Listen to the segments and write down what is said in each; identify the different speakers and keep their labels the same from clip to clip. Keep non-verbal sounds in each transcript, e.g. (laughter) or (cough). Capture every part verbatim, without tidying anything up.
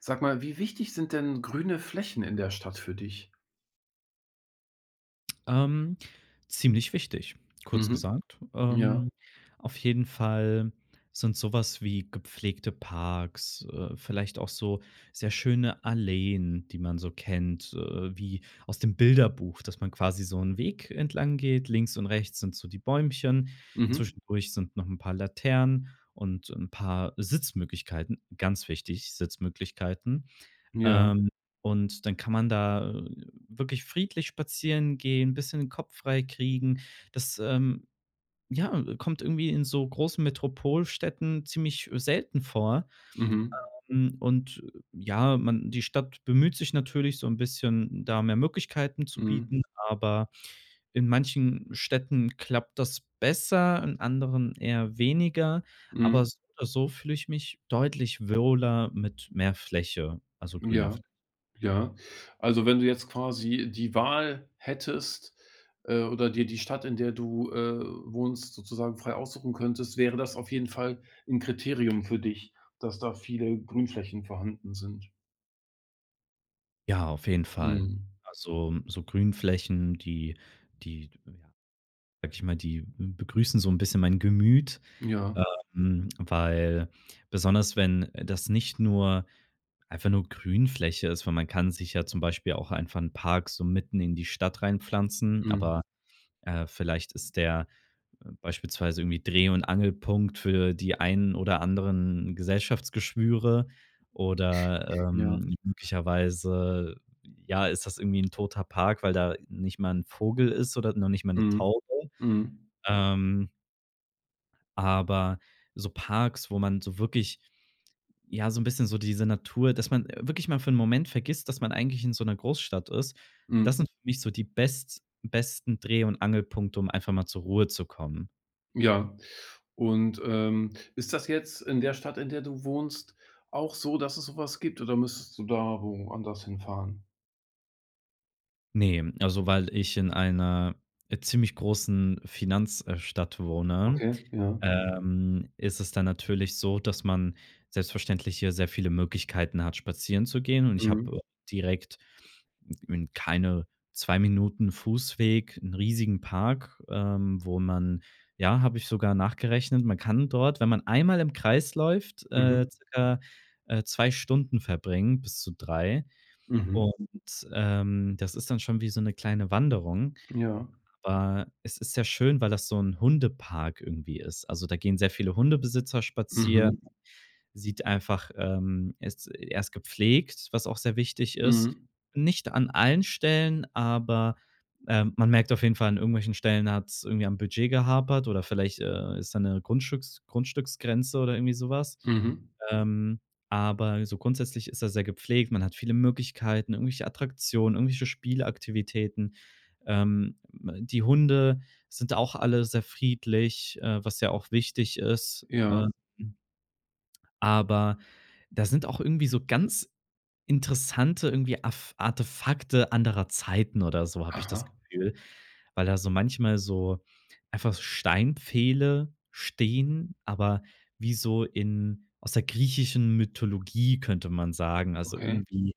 Speaker 1: Sag mal, wie wichtig sind denn grüne Flächen in der Stadt für dich?
Speaker 2: Ähm, ziemlich wichtig, kurz
Speaker 1: Mhm.
Speaker 2: gesagt.
Speaker 1: Ja.
Speaker 2: Ähm, auf jeden Fall sind sowas wie gepflegte Parks, äh, vielleicht auch so sehr schöne Alleen, die man so kennt, äh, wie aus dem Bilderbuch, dass man quasi so einen Weg entlang geht. Links und rechts sind so die Bäumchen,
Speaker 1: Mhm.
Speaker 2: zwischendurch sind noch ein paar Laternen und ein paar Sitzmöglichkeiten, ganz wichtig, Sitzmöglichkeiten.
Speaker 1: Ja.
Speaker 2: Ähm, und dann kann man da, äh, wirklich friedlich spazieren gehen, ein bisschen den Kopf frei kriegen. Das, ähm, ja, kommt irgendwie in so großen Metropolstädten ziemlich äh, selten vor.
Speaker 1: Mhm.
Speaker 2: Hm, und äh, ja, man die Stadt bemüht sich natürlich so ein bisschen, da mehr Möglichkeiten zu
Speaker 1: Mhm.
Speaker 2: bieten, aber in manchen Städten klappt das besser, in anderen eher weniger. Aber
Speaker 1: Mhm.
Speaker 2: so oder so fühle ich mich deutlich wohler mit mehr Fläche, also grüner.
Speaker 1: Ja, ja. Also, wenn du jetzt quasi die Wahl hättest, äh, oder dir die Stadt, in der du, äh, wohnst, sozusagen frei aussuchen könntest, wäre das auf jeden Fall ein Kriterium für dich, dass da viele Grünflächen vorhanden sind.
Speaker 2: Ja, auf jeden Fall.
Speaker 1: Mhm.
Speaker 2: Also, so Grünflächen, die die, ja, sage ich mal, die begrüßen so ein bisschen mein Gemüt,
Speaker 1: Ja.
Speaker 2: ähm, weil besonders wenn äh, das nicht nur einfach nur Grünfläche ist, weil man kann sich ja zum Beispiel auch einfach einen Park so mitten in die Stadt reinpflanzen,
Speaker 1: Mhm.
Speaker 2: aber, äh, vielleicht ist der äh, beispielsweise irgendwie Dreh und Angelpunkt für die einen oder anderen Gesellschaftsgeschwüre oder,
Speaker 1: Ja.
Speaker 2: ähm, möglicherweise, ja, ist das irgendwie ein toter Park, weil da nicht mal ein Vogel ist oder noch nicht mal eine
Speaker 1: Mhm.
Speaker 2: Taube.
Speaker 1: Mhm.
Speaker 2: Ähm, aber so Parks, wo man so wirklich ja, so ein bisschen so diese Natur dass man äh, wirklich mal für einen Moment vergisst, dass man eigentlich in so einer Großstadt ist.
Speaker 1: Mhm.
Speaker 2: Das sind für mich so die best besten Dreh und Angelpunkte, um einfach mal zur Ruhe zu kommen.
Speaker 1: Ja. Und, ähm, ist das jetzt in der Stadt, in der du wohnst, auch so, dass es sowas gibt oder müsstest du da woanders hinfahren?
Speaker 2: Nee, also, weil ich in einer, äh, ziemlich großen Finanzstadt wohne,
Speaker 1: Okay, ja.
Speaker 2: ähm, ist es dann natürlich so, dass man selbstverständlich hier sehr viele Möglichkeiten hat, spazieren zu gehen und ich habe,
Speaker 1: Mhm.
Speaker 2: äh, direkt in keine zwei Minuten Fußweg einen riesigen Park, ähm, wo man ja, habe ich sogar nachgerechnet, man kann dort, wenn man einmal im Kreis läuft,
Speaker 1: Mhm.
Speaker 2: äh, circa, äh, zwei Stunden verbringen bis zu drei.
Speaker 1: Mhm.
Speaker 2: Und, ähm, das ist dann schon wie so eine kleine Wanderung,
Speaker 1: Ja.
Speaker 2: aber es ist sehr schön, weil das so ein Hundepark irgendwie ist. Also, da gehen sehr viele Hundebesitzer spazieren,
Speaker 1: Mhm.
Speaker 2: sieht einfach ähm, er ist er ist gepflegt, was auch sehr wichtig ist.
Speaker 1: Mhm.
Speaker 2: Nicht an allen Stellen, aber, ähm, man merkt auf jeden Fall, an irgendwelchen Stellen hat's irgendwie am Budget gehapert oder vielleicht, äh, ist da eine Grundstücks Grundstücksgrenze oder irgendwie sowas.
Speaker 1: Mhm.
Speaker 2: Ähm, aber so grundsätzlich ist er sehr gepflegt. Man hat viele Möglichkeiten, irgendwelche Attraktionen, irgendwelche Spielaktivitäten. Ähm, die Hunde sind auch alle sehr friedlich, äh, was ja auch wichtig ist.
Speaker 1: Ja.
Speaker 2: Ähm aber da sind auch irgendwie so ganz interessante irgendwie Af Artefakte anderer Zeiten oder so, habe ich das
Speaker 1: Aha.
Speaker 2: Gefühl, weil da so manchmal so einfach Steinpfähle stehen, aber wie so in aus der griechischen Mythologie, könnte man sagen. Also,
Speaker 1: Okay.
Speaker 2: irgendwie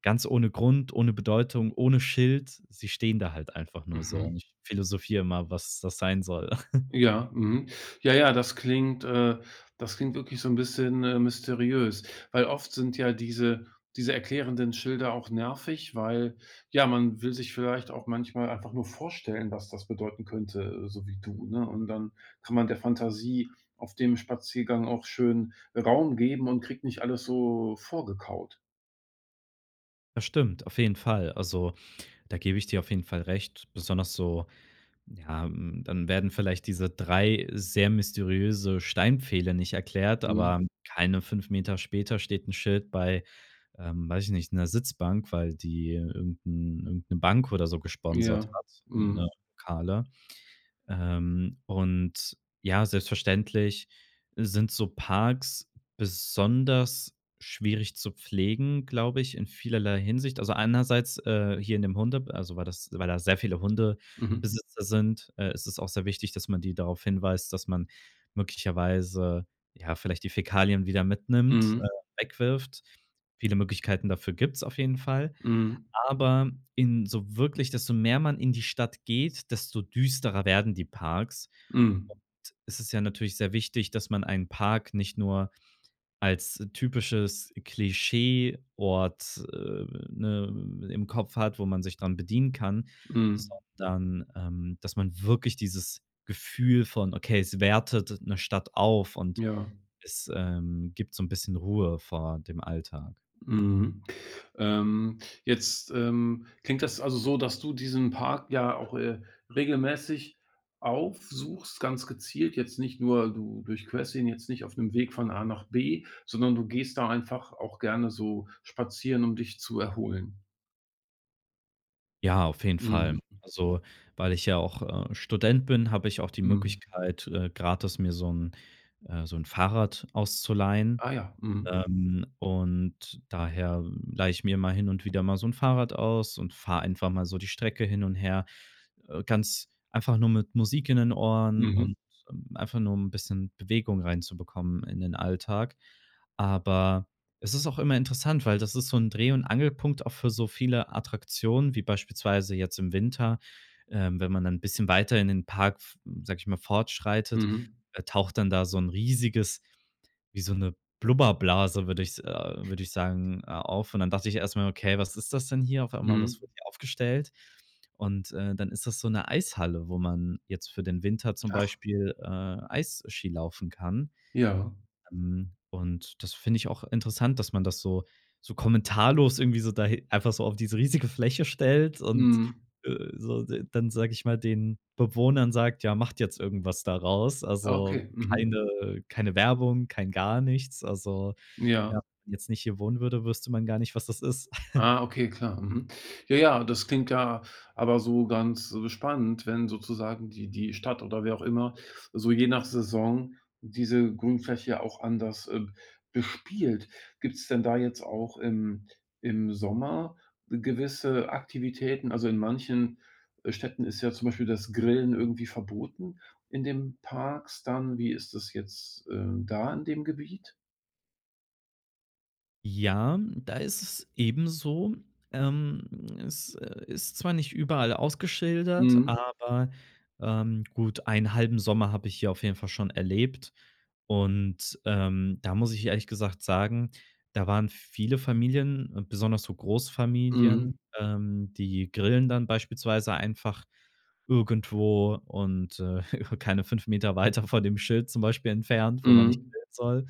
Speaker 2: ganz ohne Grund, ohne Bedeutung, ohne Schild. Sie stehen da halt einfach nur so
Speaker 1: Mhm.
Speaker 2: und ich philosophiere immer, was das sein soll. (laughs)
Speaker 1: Ja, mhm. Ja, ja, das klingt äh, das klingt wirklich so ein bisschen, äh, mysteriös, weil oft sind ja diese diese erklärenden Schilder auch nervig, weil, ja, man will sich vielleicht auch manchmal einfach nur vorstellen, was das bedeuten könnte, äh, so wie du, ne? Und dann kann man der Fantasie auf dem Spaziergang auch schön Raum geben und kriegt nicht alles so vorgekaut.
Speaker 2: Das stimmt, auf jeden Fall. Also, da gebe ich dir auf jeden Fall recht. Besonders so. Ja, hm, dann werden vielleicht diese drei sehr mysteriöse Steinpfähle nicht erklärt, aber
Speaker 1: Mhm.
Speaker 2: keine fünf Meter später steht ein Schild bei, ähm, weiß ich nicht, einer Sitzbank, weil die irgend 'n 'ne Bank oder so gesponsert
Speaker 1: Ja.
Speaker 2: hat in der
Speaker 1: Mhm.
Speaker 2: Lokale. Ähm, und ja, selbstverständlich sind so Parks besonders schwierig zu pflegen, glaube ich, in vielerlei Hinsicht. Also einerseits äh, hier in dem Hunde, also weil das, weil da sehr viele
Speaker 1: Mhm.
Speaker 2: Hundebesitzer sind, äh, ist es auch sehr wichtig, dass man die darauf hinweist, dass man möglicherweise ja vielleicht die Fäkalien wieder mitnimmt,
Speaker 1: Mhm.
Speaker 2: äh, wegwirft. Viele Möglichkeiten dafür gibt es auf jeden Fall.
Speaker 1: Mhm.
Speaker 2: Aber in so wirklich desto mehr man in die Stadt geht, desto düsterer werden die Parks.
Speaker 1: Mhm.
Speaker 2: Und es ist ja natürlich sehr wichtig, dass man einen Park nicht nur als typisches Klischeeort, äh, ne, im Kopf hat, wo man sich dran bedienen kann,
Speaker 1: Mhm.
Speaker 2: sondern, ähm, dass man wirklich dieses Gefühl von: „Okay, es wertet eine Stadt auf und
Speaker 1: Ja.
Speaker 2: es, ähm, gibt so ein bisschen Ruhe vor dem Alltag.“
Speaker 1: Mhm. Ähm, jetzt, ähm, klingt das also so, dass du diesen Park ja auch, äh, regelmäßig aufsuchst, ganz gezielt. Jetzt nicht nur du durchquerst ihn jetzt nicht auf 'nem Weg von A nach B, sondern du gehst da einfach auch gerne so spazieren, um dich zu erholen.
Speaker 2: Ja, auf jeden Fall.
Speaker 1: Mhm,
Speaker 2: Also, weil ich ja auch, äh, Student bin, habe ich auch die
Speaker 1: mhm.
Speaker 2: Möglichkeit, äh, gratis mir so ein äh, so ein Fahrrad auszuleihen.
Speaker 1: Ah ja, mhm.
Speaker 2: Ähm, und daher leihe ich mir mal hin und wieder mal so ein Fahrrad aus und fahre einfach mal so die Strecke hin und her, äh, ganz einfach nur mit Musik in den Ohren
Speaker 1: Mhm,
Speaker 2: und, ähm, einfach nur um ein bisschen Bewegung reinzubekommen in den Alltag. Aber es ist auch immer interessant, weil das ist so ein Dreh und Angelpunkt auch für so viele Attraktionen, wie beispielsweise jetzt im Winter, ähm, wenn man dann ein bisschen weiter in den Park, f sage ich mal, fortschreitet,
Speaker 1: mhm,
Speaker 2: äh, taucht dann da so ein riesiges wie so eine Blubberblase, würde ich äh, würde ich sagen, äh, auf. Und dann dachte ich erstmal: „Okay, was ist das denn hier?“ Auf einmal, was
Speaker 1: mhm.
Speaker 2: wird hier aufgestellt? Und, äh, dann ist das so eine Eishalle, wo man jetzt für den Winter zum
Speaker 1: Ach,
Speaker 2: Beispiel, äh, Eisski laufen kann.
Speaker 1: ja.
Speaker 2: Ähm, und das finde ich auch interessant, dass man das so so kommentarlos irgendwie so da einfach so auf diese riesige Fläche stellt und,
Speaker 1: Mhm.
Speaker 2: äh, so d dann, sage ich mal, den Bewohnern sagt: „Ja, macht jetzt irgendwas daraus.“
Speaker 1: Ah,
Speaker 2: Also,
Speaker 1: okay. Mhm.
Speaker 2: keine keine Werbung, kein gar nichts. Also, ja,
Speaker 1: Ja.
Speaker 2: wenn man jetzt nicht hier wohnen würde, wüsste man gar nicht, was das ist.
Speaker 1: Ah, okay, klar. Mhm. Ja, ja, das klingt ja aber so ganz, äh, spannend, wenn sozusagen die die Stadt oder wer auch immer so je nach Saison diese Grünfläche auch anders, äh, bespielt. Gibt es denn da jetzt auch im im Sommer gewisse Aktivitäten? Also, in manchen, äh, Städten ist ja zum Beispiel das Grillen irgendwie verboten in den Parks dann. Wie ist das jetzt, äh, da in dem Gebiet?
Speaker 2: Ja, da ist es ebenso. Ähm, Es, äh, ist zwar nicht überall ausgeschildert,
Speaker 1: Mhm.
Speaker 2: aber, ähm, gut, einen halben Sommer habe ich hier auf jeden Fall schon erlebt. Und, ähm, da muss ich ehrlich gesagt sagen, da waren viele Familien, äh, besonders so Großfamilien,
Speaker 1: Mhm.
Speaker 2: ähm, die grillen dann beispielsweise einfach irgendwo und, äh, (laughs) keine fünf Meter weiter von dem Schild zum Beispiel entfernt, wo man nicht
Speaker 1: Mhm.
Speaker 2: grillen soll.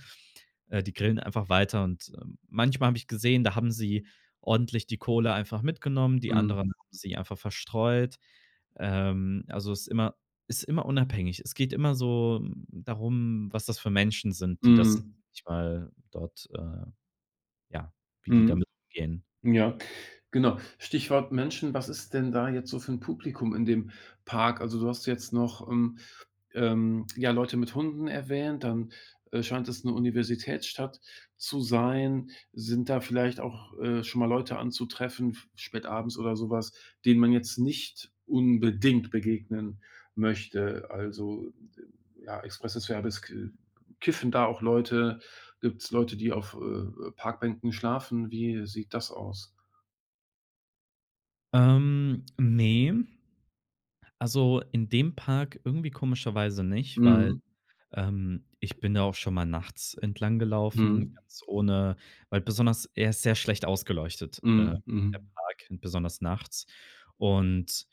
Speaker 2: Äh, die grillen einfach weiter und, ähm, manchmal habe ich gesehen, da haben sie ordentlich die Kohle einfach mitgenommen, die
Speaker 1: Mhm.
Speaker 2: anderen haben sie einfach verstreut. Ähm, also, es ist immer ist immer unabhängig. Es geht immer so darum, was das für Menschen sind, die das
Speaker 1: Mhm.
Speaker 2: nicht mal dort, äh ja, wie die
Speaker 1: Mhm.
Speaker 2: damit umgehen.
Speaker 1: Mhm. Ja, genau. Stichwort Menschen, was ist denn da jetzt so für 'n Publikum in dem Park? Also, du hast jetzt noch, ähm, ähm, ja, Leute mit Hunden erwähnt, dann, äh, scheint es 'ne Universitätsstadt zu sein. Sind da vielleicht auch, äh, schon mal Leute anzutreffen, f spätabends oder so was, denen man jetzt nicht unbedingt begegnen möchte? Also, äh, ja, expresses Verbes, k kiffen da auch Leute? Gibt's Leute, die auf, äh, Parkbänken schlafen? Wie sieht das aus?
Speaker 2: Ähm, ne, also in dem Park irgendwie komischerweise nicht, weil.
Speaker 1: Mhm.
Speaker 2: Ähm, ich bin da auch schon mal nachts entlang gelaufen, Mhm.
Speaker 1: Mhm.
Speaker 2: ganz ohne, weil besonders er ist sehr schlecht ausgeleuchtet, äh,
Speaker 1: Mhm.
Speaker 2: der
Speaker 1: Mhm.
Speaker 2: Park, besonders nachts. Und,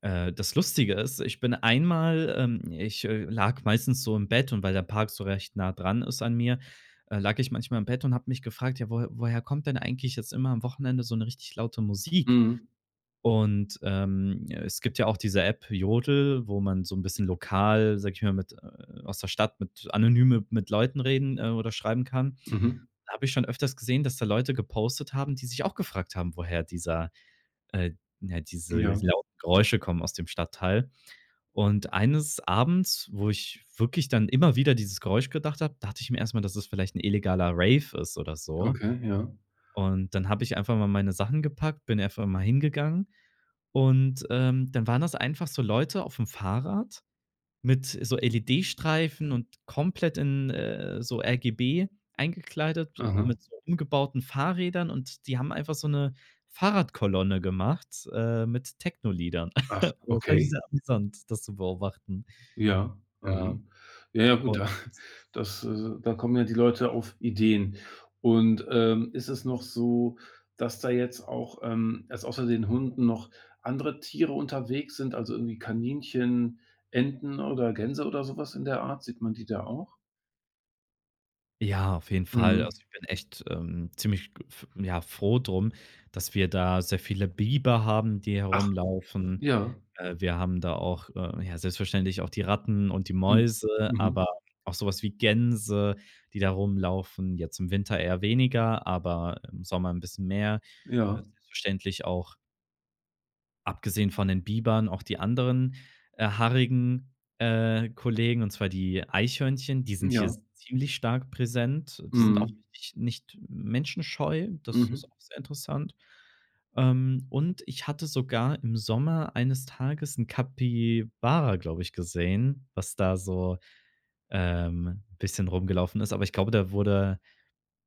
Speaker 2: äh, das Lustige ist, ich bin einmal ähm, ich, äh, lag meistens so im Bett und weil der Park so recht nah dran ist an mir, äh, lag ich manchmal im Bett und habe mich gefragt: „Ja, woher woher kommt denn eigentlich jetzt immer am Wochenende so eine richtig laute Musik?“
Speaker 1: Mhm.
Speaker 2: und, ähm, ja, es gibt ja auch diese App Jodel, wo man so ein bisschen lokal, sag ich mal, mit äh, aus der Stadt mit anonyme mit Leuten reden, äh, oder schreiben kann.
Speaker 1: Mhm.
Speaker 2: Da habe ich schon öfters gesehen, dass da Leute gepostet haben, die sich auch gefragt haben, woher dieser äh, ja, diese
Speaker 1: Ja,
Speaker 2: lauten Geräusche kommen aus dem Stadtteil. Und eines Abends, wo ich wirklich dann immer wieder dieses Geräusch gedacht habe, dachte ich mir erst mal, dass es vielleicht ein illegaler Rave ist oder so.
Speaker 1: okay, ja.
Speaker 2: Und dann habe ich einfach mal meine Sachen gepackt, bin einfach mal hingegangen und, ähm, dann waren das einfach so Leute auf dem Fahrrad mit so L E D-Streifen und komplett in, äh, so R G B eingekleidet
Speaker 1: Aha.
Speaker 2: mit so umgebauten Fahrrädern und die haben einfach so eine Fahrradkolonne gemacht, äh, mit Techno-Liedern.
Speaker 1: Ach,
Speaker 2: (laughs) Das war
Speaker 1: okay.
Speaker 2: sehr amüsant, das zu beobachten.
Speaker 1: Ja.
Speaker 2: Ja.
Speaker 1: Mhm. Ja, ja, gut, da (laughs) das, äh da kommen ja die Leute auf Ideen. Und, ähm, ist es noch so, dass da jetzt auch, ähm, dass außer den Hunden noch andere Tiere unterwegs sind, also irgendwie Kaninchen, Enten oder Gänse oder sowas in der Art? Sieht man die da auch?
Speaker 2: Ja, auf jeden Fall. Also,
Speaker 1: Mhm.
Speaker 2: ich bin echt, ähm, ziemlich g f ja, froh drum, dass wir da sehr viele Biber haben, die
Speaker 1: Ach,
Speaker 2: herumlaufen.
Speaker 1: ja.
Speaker 2: Äh, wir haben da auch, äh, ja, selbstverständlich auch die Ratten und die
Speaker 1: Mhm.
Speaker 2: Mäuse,
Speaker 1: Mhm.
Speaker 2: aber auch sowas wie Gänse, die da rumlaufen. Jetzt im Winter eher weniger, aber im Sommer ein bisschen mehr. Äh,
Speaker 1: Ja.
Speaker 2: selbstverständlich auch abgesehen von den Bibern auch die anderen, äh, haarigen, äh, Kollegen, und zwar die Eichhörnchen, die sind hier
Speaker 1: Ja.
Speaker 2: ziemlich stark präsent. Die sind auch
Speaker 1: Mhm.
Speaker 2: richtig nicht menschenscheu, das
Speaker 1: Mhm,
Speaker 2: ist auch sehr interessant. Ähm, und ich hatte sogar im Sommer eines Tages ein Capybara, glaube ich, gesehen, was da so, ähm, ein bisschen rumgelaufen ist. Aber ich glaube, der wurde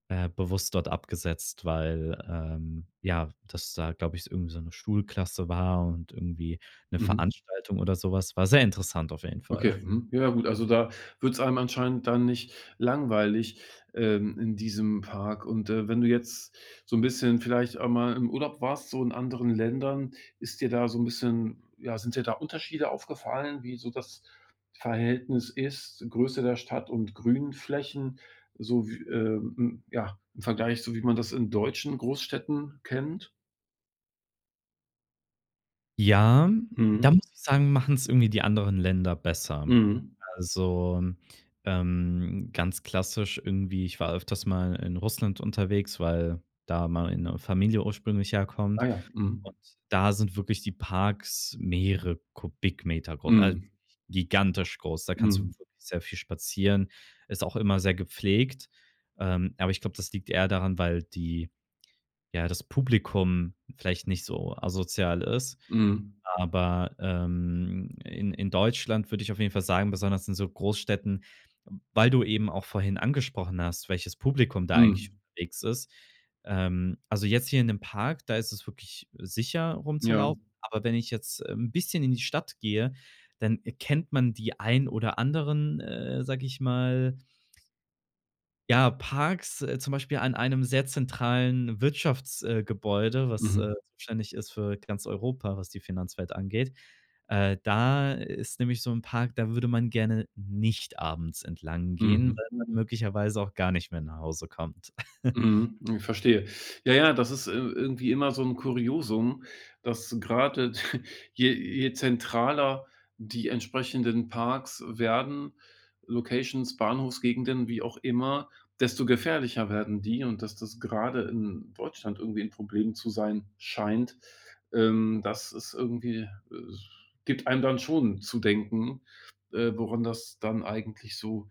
Speaker 2: äh, bewusst dort abgesetzt, weil, ähm, ja, das da, glaube ich, irgendwie so eine Schulklasse war und irgendwie eine
Speaker 1: mhm.
Speaker 2: Veranstaltung oder sowas. War sehr interessant auf jeden Fall.
Speaker 1: Okay, mhm. Ja gut, also da wird es einem anscheinend dann nicht langweilig, ähm, in diesem Park. Und, äh, wenn du jetzt so ein bisschen vielleicht einmal im Urlaub warst, so in anderen Ländern, ist dir da so ein bisschen ja, sind dir da Unterschiede aufgefallen, wie so das Verhältnis ist, Größe der Stadt und Grünflächen, so wie, ähm, hm, ja, im Vergleich, so wie man das in deutschen Großstädten kennt?
Speaker 2: Ja, da
Speaker 1: Mhm,
Speaker 2: muss ich sagen, machen es irgendwie die anderen Länder besser.
Speaker 1: mhm.
Speaker 2: Also, ähm, ganz klassisch irgendwie ich war öfters mal in Russland unterwegs, weil da meine Familie ursprünglich
Speaker 1: Ah
Speaker 2: herkommt.
Speaker 1: ja, mhm.
Speaker 2: Und da sind wirklich die Parks mehrere Kubikmeter groß, also
Speaker 1: Mhm,
Speaker 2: gigantisch groß. Da kannst du
Speaker 1: mhm,
Speaker 2: wirklich sehr viel spazieren. Ist auch immer sehr gepflegt. Ähm, aber ich glaube, das liegt eher daran, weil die ja, das Publikum vielleicht nicht so asozial ist,
Speaker 1: mhm.
Speaker 2: aber, ähm, in in Deutschland würde ich auf jeden Fall sagen, besonders in so Großstädten, weil du eben auch vorhin angesprochen hast, welches Publikum da eigentlich
Speaker 1: Mhm.
Speaker 2: unterwegs ist. Ähm, also, jetzt hier in dem Park, da ist es wirklich sicher
Speaker 1: Ja.
Speaker 2: rumzulaufen, aber wenn ich jetzt äh, ein bisschen in die Stadt gehe, dann äh, kennt man die ein oder anderen, äh, sage ich mal, ja, Parks, äh, zum Beispiel an einem sehr zentralen Wirtschaftsgebäude, äh, Gebäude, was,
Speaker 1: Mhm.
Speaker 2: äh, zuständig ist für ganz Europa, was die Finanzwelt angeht. Äh, da ist nämlich so ein Park, da würde man gerne nicht abends entlang gehen,
Speaker 1: Mhm.
Speaker 2: weil man Mhm. möglicherweise auch gar nicht mehr nach Hause kommt. (laughs)
Speaker 1: Mhm, ich verstehe. Ja, ja, das ist, äh, irgendwie immer so 'n Kuriosum, dass grade (laughs) je je zentraler die entsprechenden Parks werden, Locations, Bahnhofsgegenden, wie auch immer, desto gefährlicher werden die und dass das grade in Deutschland irgendwie 'n Problem zu sein scheint, ähm, das ist irgendwie äh, gibt einem dann schon zu denken, äh, woran das dann eigentlich so,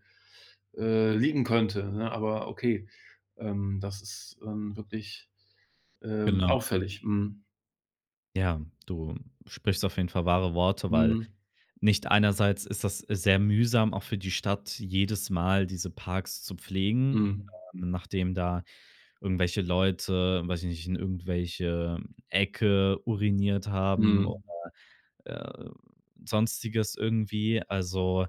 Speaker 1: äh, liegen könnte, ne? Aber okay. Ähm, das ist, ähm, wirklich, ähm,
Speaker 2: Genau.
Speaker 1: auffällig. Mhm.
Speaker 2: Ja, du sprichst auf jeden Fall wahre Worte, weil
Speaker 1: Mhm.
Speaker 2: nicht einerseits ist das sehr mühsam, auch für die Stadt, jedes Mal diese Parks zu pflegen,
Speaker 1: Mhm.
Speaker 2: ähm, nachdem da irgendwelche Leute, weiß ich nicht, in irgendwelche Ecke uriniert haben, oder
Speaker 1: Mhm.
Speaker 2: äh, sonstiges irgendwie. Also,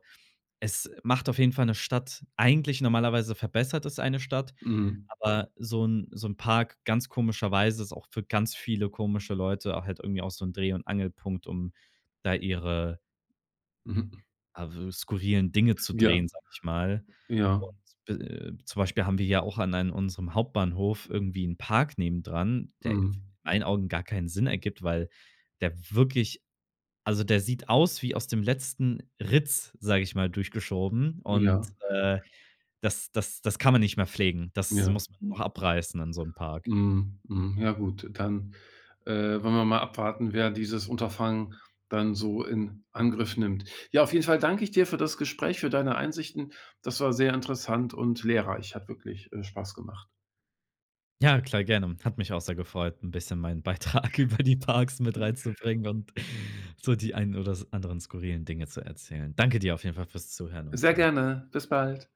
Speaker 2: es macht auf jeden Fall eine Stadt eigentlich normalerweise verbessert es eine Stadt,
Speaker 1: Mhm.
Speaker 2: aber so ein so ein Park ganz komischerweise ist auch für ganz viele komische Leute auch halt irgendwie auch so ein Dreh und Angelpunkt, um da ihre
Speaker 1: Mhm.
Speaker 2: also, skurrilen Dinge zu
Speaker 1: Ja,
Speaker 2: drehen, sage ich mal.
Speaker 1: ja.
Speaker 2: Und, be- äh, zum Beispiel haben wir ja auch an an unserem Hauptbahnhof irgendwie einen Park nebendran, der in
Speaker 1: Mhm.
Speaker 2: meinen Augen gar keinen Sinn ergibt, weil der wirklich also, der sieht aus wie aus dem letzten Ritz, sage ich mal, durchgeschoben
Speaker 1: Ja,
Speaker 2: und, äh, das das das kann man nicht mehr pflegen. Das
Speaker 1: ja.
Speaker 2: muss man noch abreißen an so einem Park.
Speaker 1: Mhm. Mhm. Ja gut, dann, äh, wollen wir mal abwarten, wer dieses Unterfangen dann so in Angriff nimmt. Ja, auf jeden Fall danke ich dir für das Gespräch, für deine Einsichten. Das war sehr interessant und lehrreich, hat wirklich, äh, Spaß gemacht.
Speaker 2: Ja, klar, gerne. Hat mich auch sehr gefreut, ein bisschen meinen Beitrag (laughs) über die Parks mit reinzubringen und so die einen oder s anderen skurrilen Dinge zu erzählen. Danke dir auf jeden Fall fürs Zuhören und,
Speaker 1: Sehr
Speaker 2: äh
Speaker 1: gerne. Bis bald.